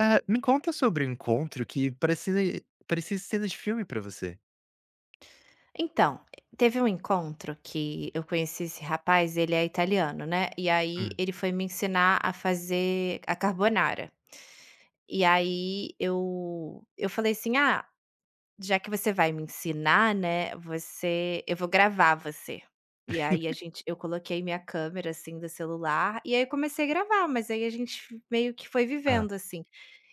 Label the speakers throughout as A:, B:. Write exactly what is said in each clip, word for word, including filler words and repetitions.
A: É, me conta sobre o encontro que parecia parecia cena de filme pra você.
B: Então, teve um encontro que eu conheci esse rapaz, ele é italiano, né, e aí
A: Hum.
B: ele foi me ensinar a fazer a carbonara. E aí eu eu falei assim: "Ah". Já que você vai me ensinar, né, você eu vou gravar você. E aí a gente eu coloquei minha câmera, assim, do celular, e aí eu comecei a gravar, mas aí a gente meio que foi
A: Ah.
B: vivendo, assim.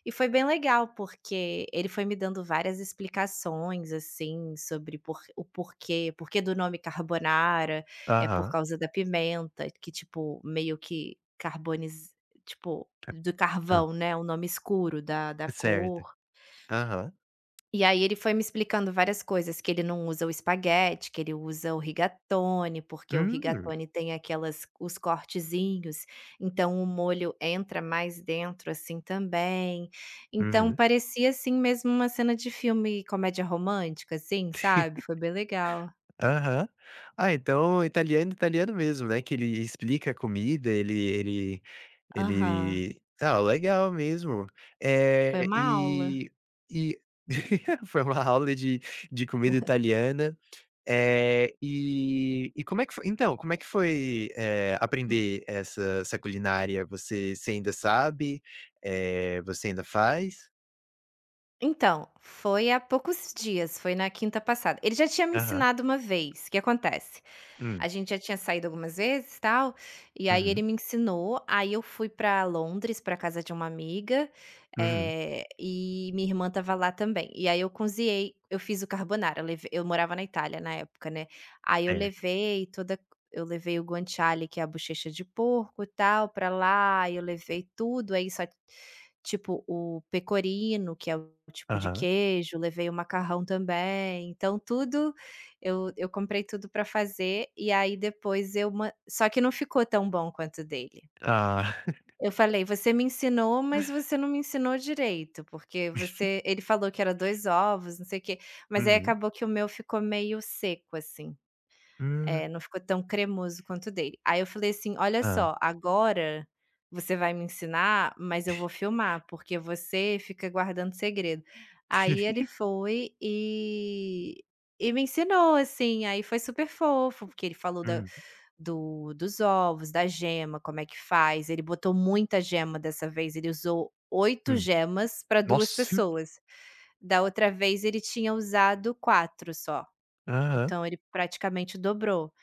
B: E foi bem legal, porque ele foi me dando várias explicações, assim, sobre por o porquê, porquê do nome carbonara, é por
A: Aham.
B: causa da pimenta, que tipo, meio que carboniz tipo, do
A: Hã.
B: carvão, né, o nome escuro da da
A: Certo.
B: cor.
A: Aham.
B: E aí ele foi me explicando várias coisas, que ele não usa o espaguete, que ele usa o rigatone, porque o
A: Hum.
B: rigatone tem aquelas os cortezinhos, então o molho entra mais dentro, assim, também. Então
A: Uhum.
B: parecia, assim, mesmo uma cena de filme comédia romântica, assim, sabe, foi bem legal.
A: Aham. Ah, então italiano, italiano mesmo, né, que ele explica a comida. ele ele
B: Aham.
A: ele ah, legal mesmo.
B: Foi
A: É,
B: uma aula.
A: e e foi uma aula de de comida italiana. Eh, e e como é que foi então, como é que foi, eh, aprender essa essa culinária? Você você ainda sabe? Eh, você ainda faz?
B: Então, foi há poucos dias, foi na quinta passada. Ele já tinha me
A: Aham.
B: ensinado uma vez, o que acontece?
A: Hum.
B: A gente já tinha saído algumas vezes, tal, e aí ele
A: Uhum.
B: me ensinou, aí eu fui pra Londres, pra casa de uma amiga,
A: Uhum.
B: eh, e minha irmã estava lá também. E aí eu cozinhei, eu fiz o carbonara, eu levei eu morava na Itália na época, né, aí eu
A: Certo.
B: levei toda eu levei o guanciale, que é a bochecha de porco e tal, pra lá, eu levei tudo, aí só tipo, o pecorino, que é o tipo de
A: Aham.
B: queijo, levei o macarrão também, então tudo eu eu comprei tudo pra fazer, e aí depois eu man só que não ficou tão bom quanto o dele.
A: Ah.
B: Eu falei: "Você me ensinou, mas você não me ensinou direito, porque você". Ele falou que era dois ovos, não sei o quê, mas aí
A: Uhum.
B: acabou que o meu ficou meio seco, assim.
A: Hum.
B: É, não ficou tão cremoso quanto o dele. Aí eu falei assim: "Olha
A: Ah.
B: só, agora você vai me ensinar, mas eu vou filmar, porque você fica guardando segredo". Aí ele foi e e me ensinou, assim, aí foi super fofo, porque ele falou da
A: Hum,
B: do dos ovos, da gema, como é que faz. Ele botou muita gema dessa vez, ele usou oito
A: hum.
B: gemas para duas
A: Nossa!
B: pessoas. Da outra vez ele tinha usado quatro só,
A: Aham.
B: então ele praticamente dobrou.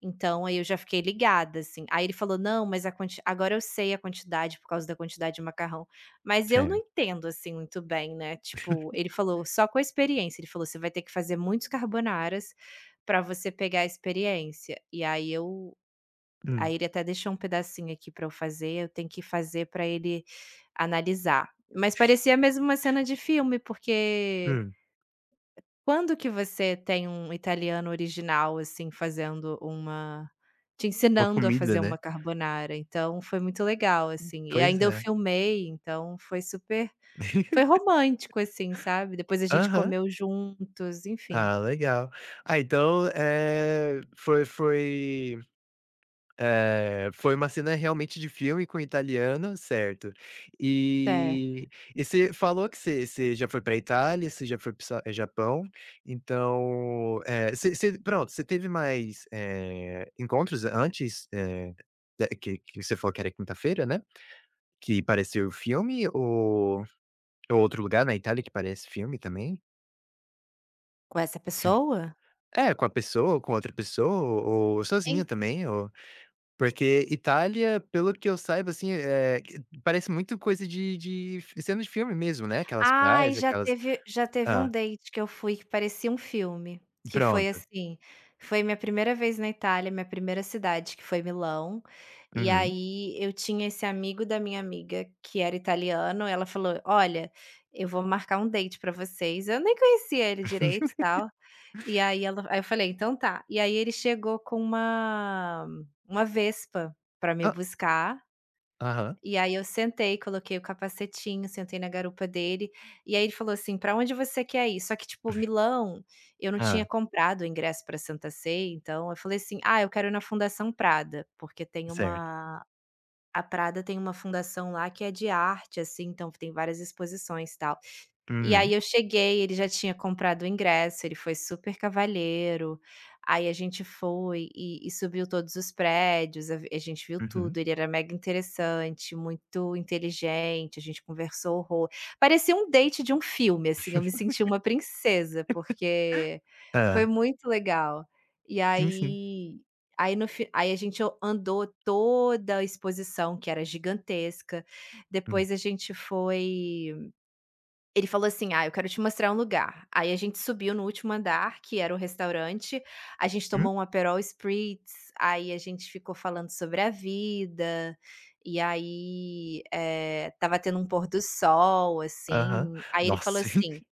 B: Então, aí eu já fiquei ligada, assim. Aí ele falou: "Não, mas a quanti agora eu sei a quantidade por causa da quantidade de macarrão". Mas eu não
A: Certo.
B: entendo, assim, muito bem, né, tipo, ele falou: "Só com a experiência", ele falou: "Você vai ter que fazer muitos carbonaras pra você pegar a experiência". E aí eu
A: Hum,
B: aí ele até deixou um pedacinho aqui pra eu fazer, eu tenho que fazer pra ele analisar. Mas parecia mesmo uma cena de filme, porque
A: hum.
B: quando que você tem um italiano original, assim, fazendo uma te
A: Uma
B: ensinando a
A: comida,
B: fazer
A: né.
B: uma carbonara, então foi muito legal, assim, e
A: Pois
B: ainda eu
A: é.
B: filmei, então foi super foi romântico, assim, sabe, depois a gente
A: Aham.
B: comeu juntos, enfim.
A: Ah, legal. Ah, então, eh, foi foi É, foi uma cena realmente de filme com italiano, certo.
B: É.
A: E e você falou que você você já foi pra Itália, você já foi para o sa eh, Japão, então, eh, você você pronto, você teve mais, eh, encontros antes, eh, da que que você falou que era quinta-feira, né, que pareceu o filme, ou ou outro lugar na Itália que parece filme também?
B: Com essa pessoa?
A: É, com a pessoa, com outra pessoa ou sozinha também, ou porque Itália, pelo que eu saiba, assim, eh, parece muito coisa de de f- cena de filme mesmo, né, aquelas
B: Ai,
A: praias,
B: já
A: aquelas
B: teve já teve um
A: Hã,
B: date que eu fui que parecia um filme, que foi
A: pronto.
B: assim, foi minha primeira vez na Itália, minha primeira cidade, que foi Milão, e
A: Uhum.
B: aí eu tinha esse amigo da minha amiga que era italiano, ela falou: "Olha, eu vou marcar um date pra vocês", eu nem conhecia ele direito e tal, e aí ela aí eu falei: "Então tá", e aí ele chegou com uma uma Vespa pra me
A: Ah.
B: buscar,
A: Aham,
B: e aí eu sentei, coloquei o capacetinho, sentei na garupa dele, e aí ele falou assim: "Pra onde você quer ir?". Só que, tipo, Milão, eu não tinha
A: hã,
B: comprado o ingresso pra Santa Sé, então eu falei assim: "Ah, eu quero ir na Fundação Prada", porque tem
A: certo.
B: uma a Prada tem uma fundação lá que é de arte, assim, então tem várias exposições, tal. E
A: Uhum,
B: aí eu cheguei, ele já tinha comprado o ingresso, ele foi super cavalheiro, aí a gente foi e e subiu todos os prédios, a a gente viu
A: uhum.
B: tudo, ele era mega interessante, muito inteligente, a gente conversou horror. Parecia um date de um filme, assim, eu me senti uma princesa, porque foi
A: Hã,
B: muito legal. E
A: sim, sim.
B: aí aí no fi aí a gente andou toda a exposição, que era gigantesca,
A: Hum,
B: depois a gente foi ele falou assim: "Ah, eu quero te mostrar um lugar". Aí a gente subiu no último andar, que era o restaurante, a gente
A: hum,
B: tomou um Aperol Spritz, aí a gente ficou falando sobre a vida, e aí, eh, estava tendo um pôr do sol,
A: aham.
B: assim. Aí ele falou
A: Nossa.
B: assim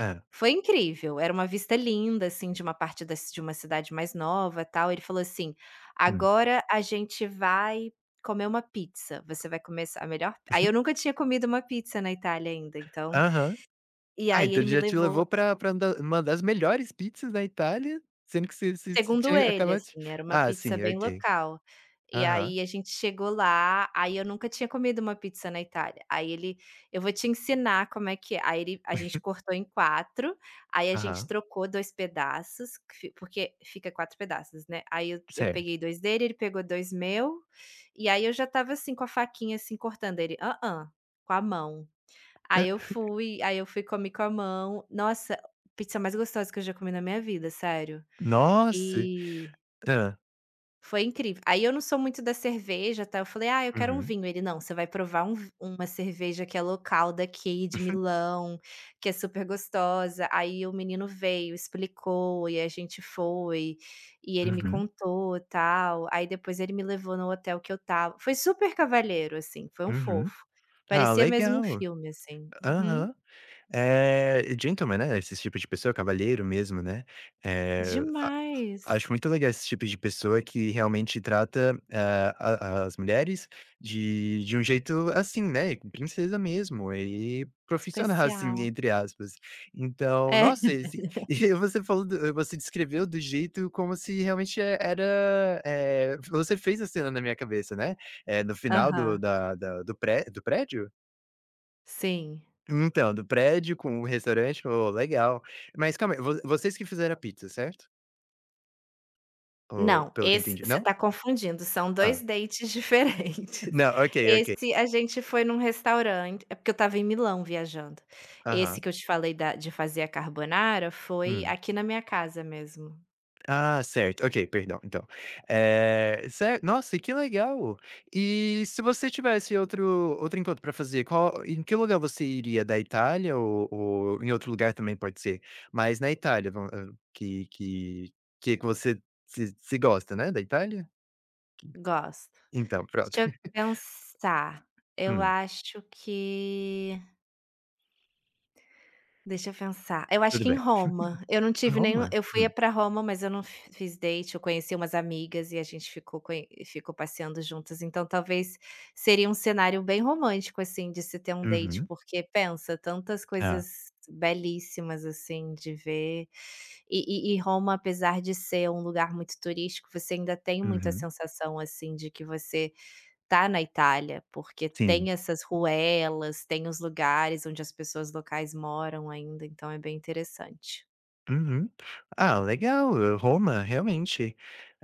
A: Ah.
B: foi incrível, era uma vista linda, assim, de uma parte da ci de uma cidade mais nova, tal. Ele falou assim:
A: Hum,
B: "Agora a gente vai comer uma pizza, você vai comer essa a melhor". Aí eu nunca tinha comido uma pizza na Itália ainda, então
A: aham.
B: e
A: Ah,
B: aí
A: então
B: ele me
A: já te
B: levou
A: levou pra pra da uma das melhores pizzas da Itália, sendo que você você você
B: segundo
A: tinha
B: ele,
A: acabado de
B: assim, era uma
A: ah,
B: pizza
A: sim,
B: bem
A: ok.
B: local. E
A: Aham,
B: aí a gente chegou lá, aí eu nunca tinha comido uma pizza na Itália. Aí ele: "Eu vou te ensinar como é que é". Aí ele a gente cortou em quatro. Aí a gente
A: aham,
B: trocou dois pedaços, que fi porque fica quatro pedaços, né. Aí eu eu
A: certo.
B: peguei dois dele, ele pegou dois meu, e aí eu já estava, assim, com a faquinha, assim, cortando, ele: ah, hã, com a mão. Aí
A: Ah,
B: eu fui, aí eu fui, comi com a mão. Nossa, pizza mais gostosa que eu já comi na minha vida, sério.
A: nossa.
B: E
A: Hã.
B: foi incrível. Aí eu não sou muito da cerveja, tá? Eu falei: "Ah, eu quero um
A: Uhum.
B: vinho". Ele: "Não, você vai provar um v uma cerveja que é local daqui, de Milão, que é super gostosa". Aí o menino veio, explicou e a gente foi, e ele me
A: Uhum,
B: contou, tal. Aí depois ele me levou no hotel que eu estava. Foi super cavalheiro, assim, foi um
A: uhum.
B: fofo.
A: Ah,
B: Parecia mesmo um
A: legal.
B: filme, assim. Uhum.
A: Aham. É gentleman, né, esse tipo de pessoa, cavalheiro mesmo, né. Eh,
B: Demais.
A: Acho muito legal esse tipo de pessoa que realmente trata, eh, a as mulheres de de um jeito assim, né, princesa mesmo e profissional, assim,
B: Especial.
A: entre aspas. Então,
B: É.
A: nossa, esse e você falou do você descreveu do jeito como se realmente é- era, eh, você fez a cena na minha cabeça, né. É no final do
B: Aham.
A: da da do pré do prédio?
B: Sim.
A: Então, do prédio com o restaurante, oh, legal. Mas calma aí, vo vocês que fizeram a pizza, certo? Ou
B: Não,
A: pelo que eu
B: esse
A: entendi,
B: você
A: não?
B: tá confundindo, são dois
A: Hã.
B: dates diferentes.
A: Não, ok, ok.
B: Esse a gente foi num restaurante é porque eu estava em Milão viajando. Esse
A: Aham.
B: que eu te falei da de fazer a carbonara foi
A: Hum.
B: aqui na minha casa mesmo.
A: Ah, certo. Ok, perdão, então. Eh, cer Nossa, que legal. E se você tivesse outro outro encontro para fazer, qual em que lugar você iria? Da Itália, ou ou em outro lugar também pode ser, mas na Itália, vam hã, que que que você se se gosta, né, da Itália?
B: Gosto.
A: Então, pronto.
B: Deixa eu pensar, eu
A: Hum,
B: acho que deixa eu pensar. Eu acho
A: tudo
B: que em
A: bem.
B: Roma. Eu não
A: Em
B: tive nenhum
A: Roma?
B: eu fui
A: Hum.
B: pra Roma, mas eu não fi fiz date, eu conheci umas amigas e a gente ficou conhe ficou passeando juntas, então talvez seria um cenário bem romântico, assim, de se ter um date,
A: Uhum.
B: porque pensa, tantas
A: Hã.
B: coisas belíssimas, assim, de ver. E e e Roma, apesar de ser um lugar muito turístico, você ainda tem muita
A: Uhum.
B: sensação, assim, de que você tá na Itália, porque
A: Sim.
B: tem essas ruelas, tem os lugares onde as pessoas locais moram ainda, então é bem interessante.
A: Uhum. Ah, legal, eh, Roma, realmente,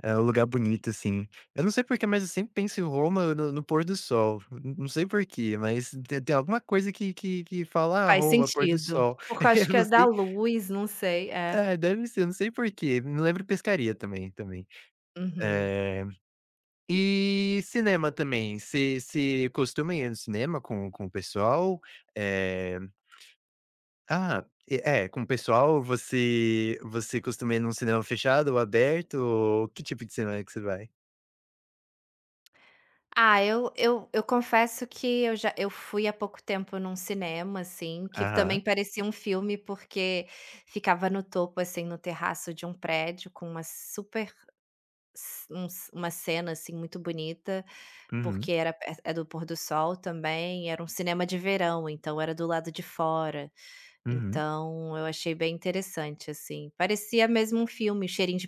A: é um lugar bonito, assim. Eu não sei porquê, mas eu sempre penso em Roma no no pôr do sol, n não sei porquê, mas tem tem alguma coisa que que que fala: "Ah,
B: Faz
A: Roma, pôr do
B: sentido,
A: sol".
B: porque eu acho
A: Eu
B: que
A: não
B: é da
A: sei,
B: luz, não sei, é.
A: é, deve ser, eu não sei porquê. Me lembro pescaria também também.
B: Uhum.
A: Eh, e cinema também, você você costuma ir no cinema com com o pessoal? Eh Ah, e é, com o pessoal você você costuma ir num cinema fechado ou aberto, ou que tipo de cinema que você vai?
B: Ah, eu eu eu confesso que eu já eu fui há pouco tempo num cinema, assim, que também
A: Aham.
B: parecia um filme, porque ficava no topo, assim, no terraço de um prédio com uma super s um s- uma cena, assim, muito bonita.
A: Uhum,
B: Porque era per é é do pôr do sol também, era um cinema de verão, então era do lado de fora.
A: uhum.
B: Então eu achei bem interessante, assim. Parecia mesmo um filme, cheirinho de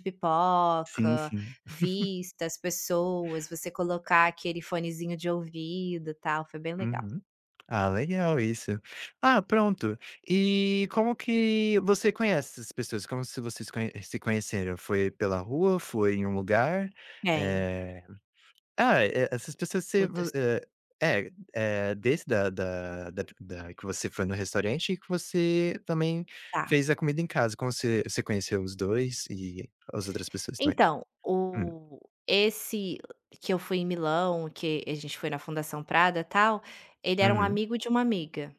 A: Sim,
B: pipoca,
A: sim.
B: vistas, pessoas, você colocar aquele fonezinho de ouvido, e tal, foi bem legal.
A: Uhum. Ah, legal isso. Ah, pronto. E como que você conhece essas pessoas? Como se vocês conhe se conheceram? Foi pela rua? Foi em um lugar?
B: Tem.
A: Eh Ah, eh, essas pessoas
B: O
A: se vo
B: dos
A: eh, é, eh, desde da da da da que você foi no restaurante e que você também
B: tá.
A: fez a comida em casa, como você você conheceu os dois e as outras pessoas também?
B: Então,
A: Hum,
B: o esse que eu fui em Milão, que a gente foi na Fundação Prada, tal, ele era um
A: uhum.
B: amigo de uma amiga.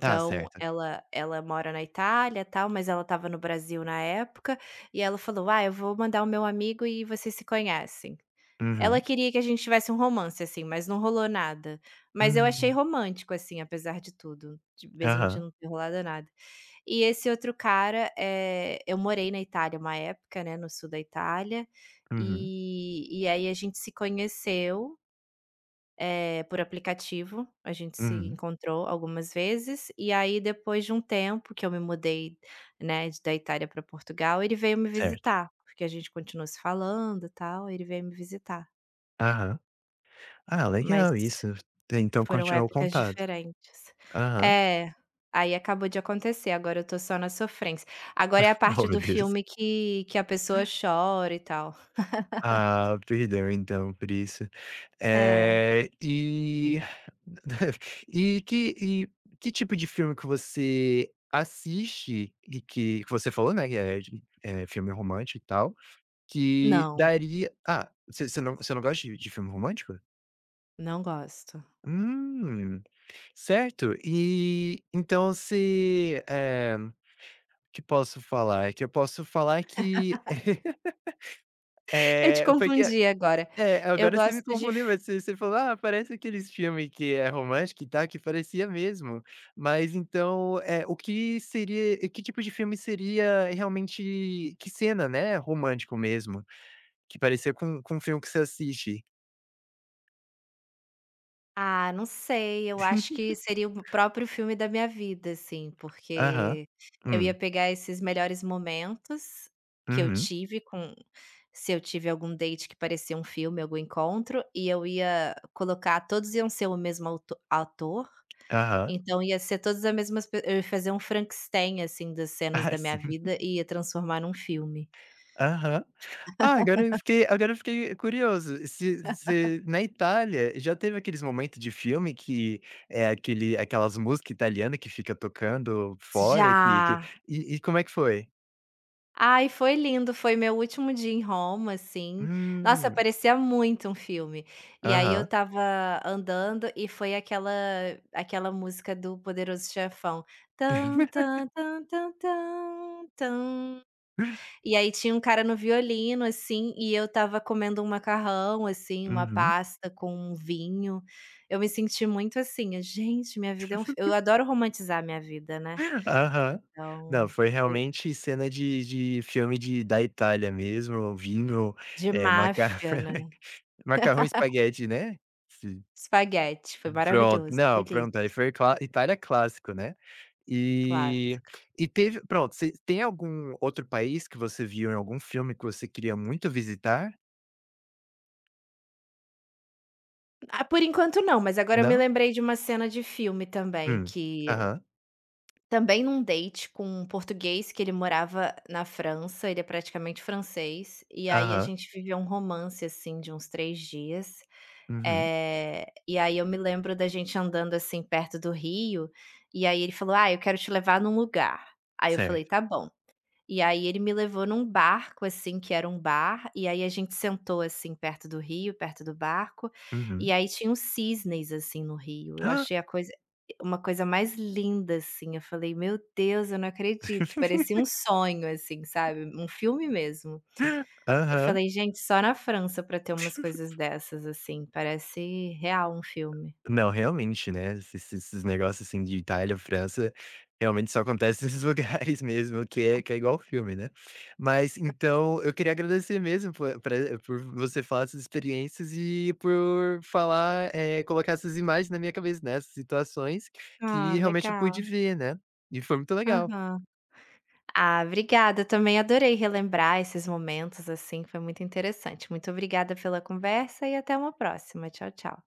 A: Ah, certo.
B: ela ela mora na Itália, tal, mas ela estava no Brasil na época, e ela falou: "Ah, eu vou mandar o meu amigo e vocês se conhecem". Ela
A: Uhum.
B: queria que a gente tivesse um romance, assim, mas não rolou nada. Mas eu achei
A: Hum.
B: romântico, assim, apesar de tudo, de mesmo de
A: Aham.
B: não ter rolado nada. E esse outro cara, eh, eu morei na Itália uma época, né, no sul da Itália,
A: Uhum,
B: e e aí a gente se conheceu, eh, por aplicativo, a gente se
A: uhum.
B: encontrou algumas vezes, e aí depois de um tempo que eu me mudei, né, de da Itália para Portugal, ele veio me
A: Certo.
B: visitar, porque a gente continuou se falando, e tal, ele veio me visitar.
A: Aham. Ah,
B: Mas
A: legal isso. Então
B: foram
A: continuou
B: épocas
A: contado. Contato.
B: diferentes.
A: Aham.
B: É, aí acabou de acontecer, agora eu tô só na sofrência. Agora é a
A: Oh,
B: parte
A: meu
B: do
A: Deus.
B: filme que que a pessoa chora e tal.
A: Ah, perdão então por isso.
B: É.
A: Eh, e e que e que tipo de filme que você assiste, e que que você falou, né, eh, de eh, filme romântico e tal, que
B: Não,
A: daria ah, você não você não gosta de de filme romântico?
B: não gosto.
A: Hum, certo. E então se eh, que posso falar? Que eu posso falar que,
B: Eu te
A: é foi que
B: confundi agora.
A: É,
B: Eu
A: agora você me
B: gosto de.
A: confundiu, mas você você falou: "Ah, parece aqueles filmes que é romântico e tal", que parecia mesmo. Mas então, é o que seria que tipo de filme seria realmente que cena, né, romântico mesmo, que parecia com com um filme que você assiste?
B: Ah, não sei, eu acho que seria o próprio filme da minha vida, assim,
A: Aham.
B: porque eu ia
A: Hum.
B: pegar esses melhores momentos que eu
A: Uhum.
B: tive com se eu tive algum date que parecia um filme, algum encontro, e eu ia colocar todos iam ser o mesmo auto ator,
A: Aham.
B: então ia ser todas as mesmas pe eu ia fazer um Frankenstein, assim, das cenas
A: Ah,
B: da minha
A: sim.
B: vida e ia transformar num filme.
A: Aham. Ah, agora eu fiquei agora eu fiquei curioso, se se na Itália já teve aqueles momentos de filme que é aquele aquelas músicas italianas que fica tocando fora que
B: Já.
A: que e e como é que foi?
B: Ai, foi lindo, foi meu último dia em Roma, assim. Nossa,
A: Hum,
B: parecia muito um filme. E aí eu
A: aham,
B: estava andando e foi aquela aquela música do Poderoso Chefão. Tan, tan, tan, tan, tan, tan. E aí tinha um cara no violino, assim, e eu estava comendo um macarrão, assim, uma
A: uhum,
B: pasta com um vinho. Eu me senti muito assim, eu, gente, minha vida é um fi eu adoro romantizar minha vida, né.
A: aham. Não,
B: Então,
A: foi
B: foi
A: realmente cena de de filme de da Itália mesmo, vinho,
B: de
A: eh, macarrão
B: máfia, né.
A: macarrão e espaguete, né? Sim.
B: Espaguete, foi
A: Pronto,
B: maravilhoso,
A: não,
B: delícia,
A: pronto, aí foi cla Itália clássico, né.
B: claro.
A: E e teve pronto, você tem algum outro país que você viu em algum filme que você queria muito visitar?
B: Ah, por enquanto não, mas agora eu me
A: Não?
B: lembrei de uma cena de filme também,
A: Hum.
B: que
A: Aham,
B: também num date com um português que ele morava na França, ele é praticamente francês, e aí a
A: aham.
B: gente viveu um romance, assim, de uns três dias,
A: Uhum.
B: eh, e aí eu me lembro da gente andando, assim, perto do rio, e aí ele falou: "Ah, eu quero te levar num lugar". Aí eu
A: Certo.
B: falei: "Tá bom". E aí ele me levou num barco, assim, que era um bar, e aí a gente sentou, assim, perto do rio, perto do barco, e
A: Uhum.
B: aí tinha uns cisnes, assim, no rio. Eu achei a coisa uma coisa mais linda, assim, eu falei: "Meu Deus, eu não acredito". Parecia um sonho, assim, sabe, um filme mesmo. Eu
A: Aham.
B: falei: "Gente, só na França pra ter umas coisas dessas, assim, parece real um filme".
A: Não, realmente, né, esses esses negócios, assim, de Itália, França, realmente só acontece nesses lugares mesmo, que é que é igual filme, né. Mas, então, eu queria agradecer mesmo por pra eh, por você falar essas experiências, e por falar, eh, colocar essas imagens na minha cabeça, nessas situações
B: Ah,
A: que realmente eu pude
B: legal.
A: ver, né, e foi muito legal.
B: Aham. Ah, obrigada. Também adorei relembrar esses momentos, assim, foi muito interessante. Muito obrigada pela conversa e até uma próxima. Tchau, tchau.